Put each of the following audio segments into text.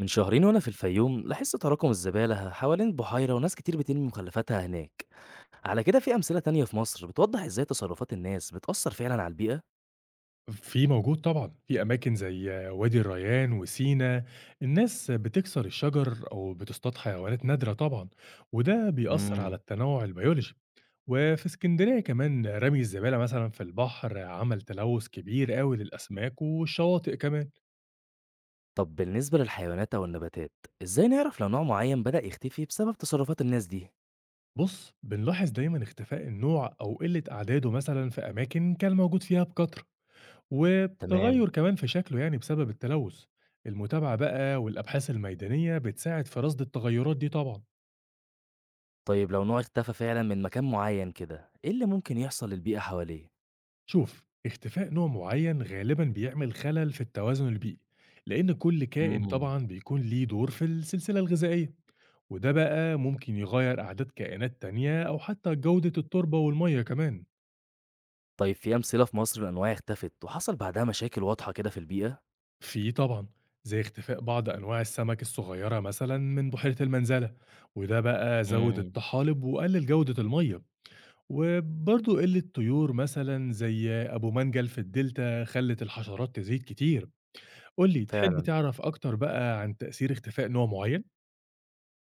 من شهرين وأنا في الفيوم لاحظت تراكم الزبالة حوالين البحيرة وناس كتير بترمي مخلفاتها هناك. على كده في أمثلة تانية في مصر بتوضح إزاي تصرفات الناس بتأثر فعلا على البيئة. في موجود طبعًا، في أماكن زي وادي الريان وسينا، الناس بتكسر الشجر أو بتصطاد حيوانات نادرة طبعًا، وده بيأثّر امم على التنوع البيولوجي، وفي إسكندرية كمان رمي الزبالة مثلًا في البحر عمل تلوث كبير أوي للأسماك والشواطئ كمان. طب بالنسبة للحيوانات أو النباتات، إزاي نعرف لو نوع معين بدأ يختفي بسبب تصرفات الناس دي؟ بُص، بنلاحظ دايمًا اختفاء النوع أو قلة أعداده مثلًا في أماكن كان موجود فيها بكثرة، تمام. وتغيُّر كمان في شكله يعني بسبب التلوث. المتابعة بقى والأبحاث الميدانية بتساعد في رصد التغيرات دي طبعًا. طيب لو نوع اختفى فعلا من مكان معين كده إيه اللي ممكن يحصل للبيئة حواليه؟ شوف اختفاء نوع معين غالبا بيعمل خلل في التوازن البيئي لأن كل كائن امم. طبعا بيكون ليه دور في السلسلة الغذائية، وده بقى ممكن يغير أعداد كائنات تانية أو حتى جودة التربة والمية كمان. طيب في أمثلة في مصر لأنواع اختفت وحصل بعدها مشاكل واضحة كده في البيئة؟ في طبعا، زي اختفاء بعض أنواع السمك الصغيرة مثلا من بحيرة المنزلة، وده بقى زود امم. الطحالب وقلل جودة المية، وبرضه قلة طيور مثلا زي أبو منجل في الدلتا خلت الحشرات تزيد كتير. قُل لي، تحب فعلا، تعرف أكتر بقى عن تأثير اختفاء نوع معيّن؟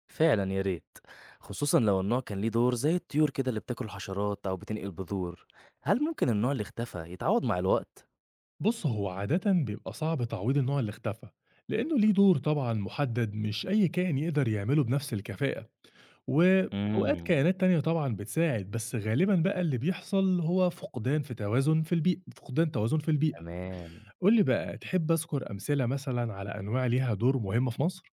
فعلًا يا ريت، خصوصًا لو النوع كان ليه دور زي الطيور كده اللي بتاكل حشرات أو بتنقل بذور، هل ممكن النوع اللي اختفى يتعوّض مع الوقت؟ بُص، هو عادةً بيبقى صعب تعويض النوع اللي اختفى، لإنه ليه دور طبعًا محدد مش أي كائن يقدر يعمله بنفس الكفاءة، وأوقات امم. كائنات تانية طبعًا بتساعد، بس غالبًا بقى اللي بيحصل هو فقدان توازن في البيئة. تمام، قُل لي بقى، تحب أذكر أمثلة مثلًا على أنواع ليها دور مهم في مصر؟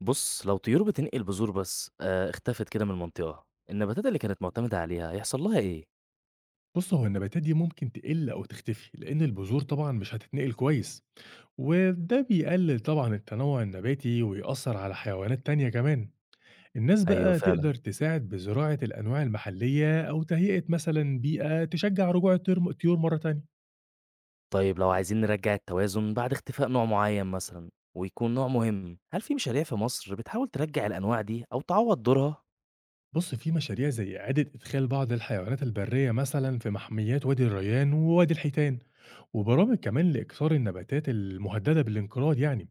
بُص لو طيور بتنقل بذور بس اختفت كده من المنطقة، النباتات اللي كانت معتمدة عليها هيحصل لها إيه؟ بُص، هو النباتات دي ممكن تقِل أو تختفي، لإن البذور طبعًا مش هتتنقل كويس. وده بيقلل طبعًا التنوع النباتي ويأثّر على حيوانات تانية كمان. الناس أيوه بقى فعلًا، تقدر تساعد بزراعة الأنواع المحلية أو تهيئة مثلًا بيئة تشجّع رجوع الطيور مرّة تانية. طيب لو عايزين نرجّع التوازن بعد اختفاء نوع معين مثلًا ويكون نوع مهم، هل في مشاريع في مصر بتحاول ترجّع الأنواع دي أو تعوّض دورها؟ بُص، في مشاريع زي إعادة إدخال بعض الحيوانات البرية مثلًا في محميات وادي الريان ووادي الحيتان، وبرامج كمان لإكثار النباتات المهددة بالانقراض يعني.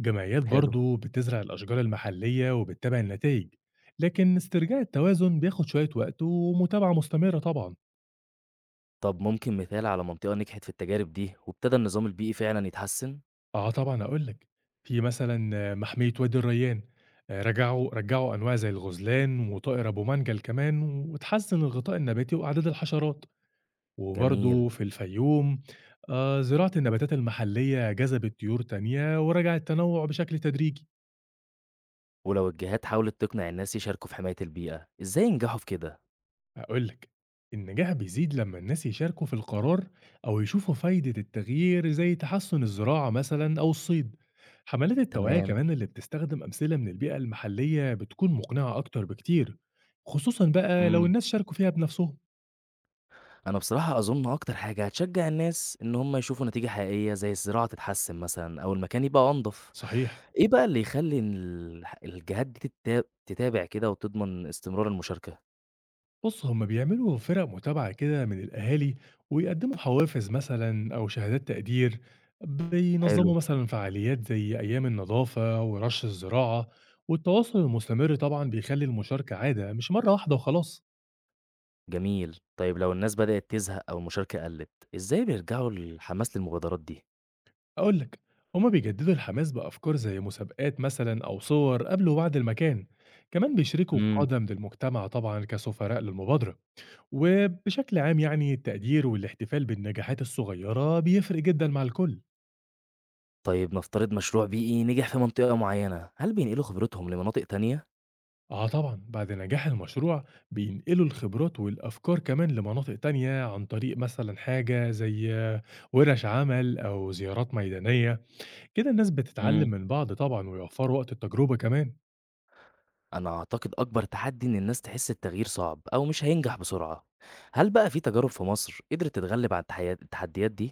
جمعيات حلو. برضه بتزرع الأشجار المحلية وبتتابع النتايج، لكن استرجاع التوازن بياخد شوية وقت ومتابعة مستمرة طبعًا. طب ممكن مثال على منطقة نجحت في التجارب دي وابتدى النظام البيئي فعلا يتحسن؟ آه طبعًا هاقول لك، في مثلًا محمية وادي الريان، رجعوا أنواع زي الغزلان وطائر أبو منجل كمان، واتحسن الغطاء النباتي وأعداد الحشرات، جميل. وبرضه في الفيوم زراعة النباتات المحلية جذبت طيور تانية ورجع التنوع بشكل تدريجي. ولو الجهات حاولت تقنع الناس يشاركوا في حماية البيئة ازاي ينجحوا في كده؟ هاقول لك، النجاح بيزيد لمّا الناس يشاركوا في القرار أو يشوفوا فايدة التغيير زي تحسن الزراعة مثلًا أو الصيد. حملات التوعية تمام. كمان اللي بتستخدم أمثلة من البيئة المحلية بتكون مقنعة أكتر بكتير، خصوصًا بقى لو امم. الناس شاركوا فيها بنفسهم. انا بصراحة اظن اكتر حاجة هتشجع الناس ان هم يشوفوا نتيجة حقيقية زي الزراعة تتحسن مثلا او المكان يبقى انضف. صحيح. ايه بقى اللي يخلي الجهات دي تتابع كده وتضمن استمرار المشاركة؟ بص، هم بيعملوا فرق متابعة كده من الأهالي، ويقدموا حوافز مثلا أو شهادات تقدير، حلو. بينظموا مثلا فعاليات زي أيام النظافة ورش الزراعة، والتواصل المستمر طبعا بيخلي المشاركة عادة مش مرة واحدة وخلاص. جميل. طيب لو الناس بدأت تزهق او المشاركة قلت ازاي بيرجعوا الحماس للمبادرات دي؟ أقولك، هما بيجددوا الحماس بأفكار زي مسابقات مثلا أو صور قبل وبعد المكان، كمان بيشركوا قدم للمجتمع طبعا كسفراء للمبادرة، وبشكل عام يعني التقدير والاحتفال بالنجاحات الصغيرة بيفرق جدا مع الكل. طيب نفترض مشروع بيئي نجح في منطقة معينة، هل بينقلوا خبرتهم لمناطق تانية؟ آه طبعًا، بعد نجاح المشروع بينقلوا الخبرات والأفكار كمان لمناطق تانية عن طريق مثلًا حاجة زي ورش عمل أو زيارات ميدانية، كده الناس بتتعلم امم. من بعض طبعًا ويوفّروا وقت التجربة كمان. أنا أعتقد أكبر تحدي إن الناس تحس التغيير صعب أو مش هينجح بسرعة. هل بقى في تجارب في مصر قدرت تتغلب على التحديات دي؟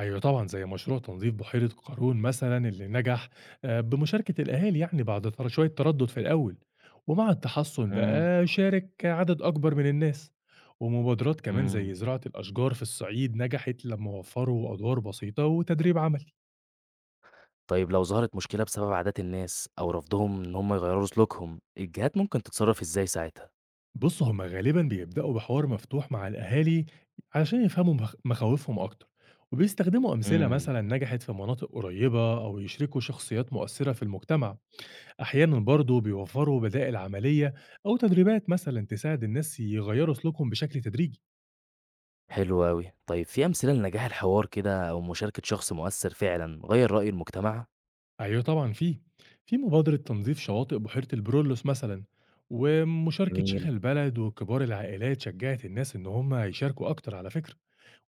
أيوه طبعًا، زي مشروع تنظيف بحيرة قارون مثلًا اللي نجح بمشاركة الأهالي يعني بعد شوية تردد في الأول، ومع التحسّن امم. بقى شارك عدد أكبر من الناس. ومبادرات كمان زي امم. زراعة الأشجار في الصعيد نجحت لمّا وفّروا أدوار بسيطة وتدريب عملي. طيب لو ظهرت مشكلة بسبب عادات الناس أو رفضهم إن هم يغيروا سلوكهم، الجهات ممكن تتصرف إزاي ساعتها؟ بُص، هم غالبًا بيبدأوا بحوار مفتوح مع الأهالي علشان يفهموا مخاوفهم أكتر، وبيستخدموا أمثلة امم. مثلًا نجحت في مناطق قريبة أو يشركوا شخصيات مؤثرة في المجتمع، أحيانًا برضه بيوفروا بدائل عملية أو تدريبات مثلًا تساعد الناس يغيروا سلوكهم بشكل تدريجي. حلو أوي، طيب في أمثلة لنجاح الحوار كده أو مشاركة شخص مؤثر فعلا غير رأي المجتمع؟ أيوه طبعًا، في، في مبادرة تنظيف شواطئ بحيرة البرولوس مثلًا، ومشاركة شيخ جميل. البلد وكبار العائلات شجعت الناس إن هم يشاركوا أكتر على فكرة.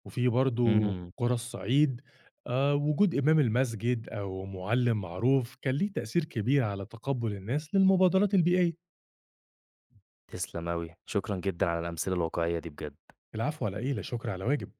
وفي برضه امم. قرى الصعيد وجود إمام المسجد أو مُعلِّم معروف كان ليه تأثير كبير على تقبُّل الناس للمبادرات البيئية. تسلم أوي، شكرًا جدًا على الأمثلة الواقعية دي بجد. العفو على إيه، لا شُكر على واجب.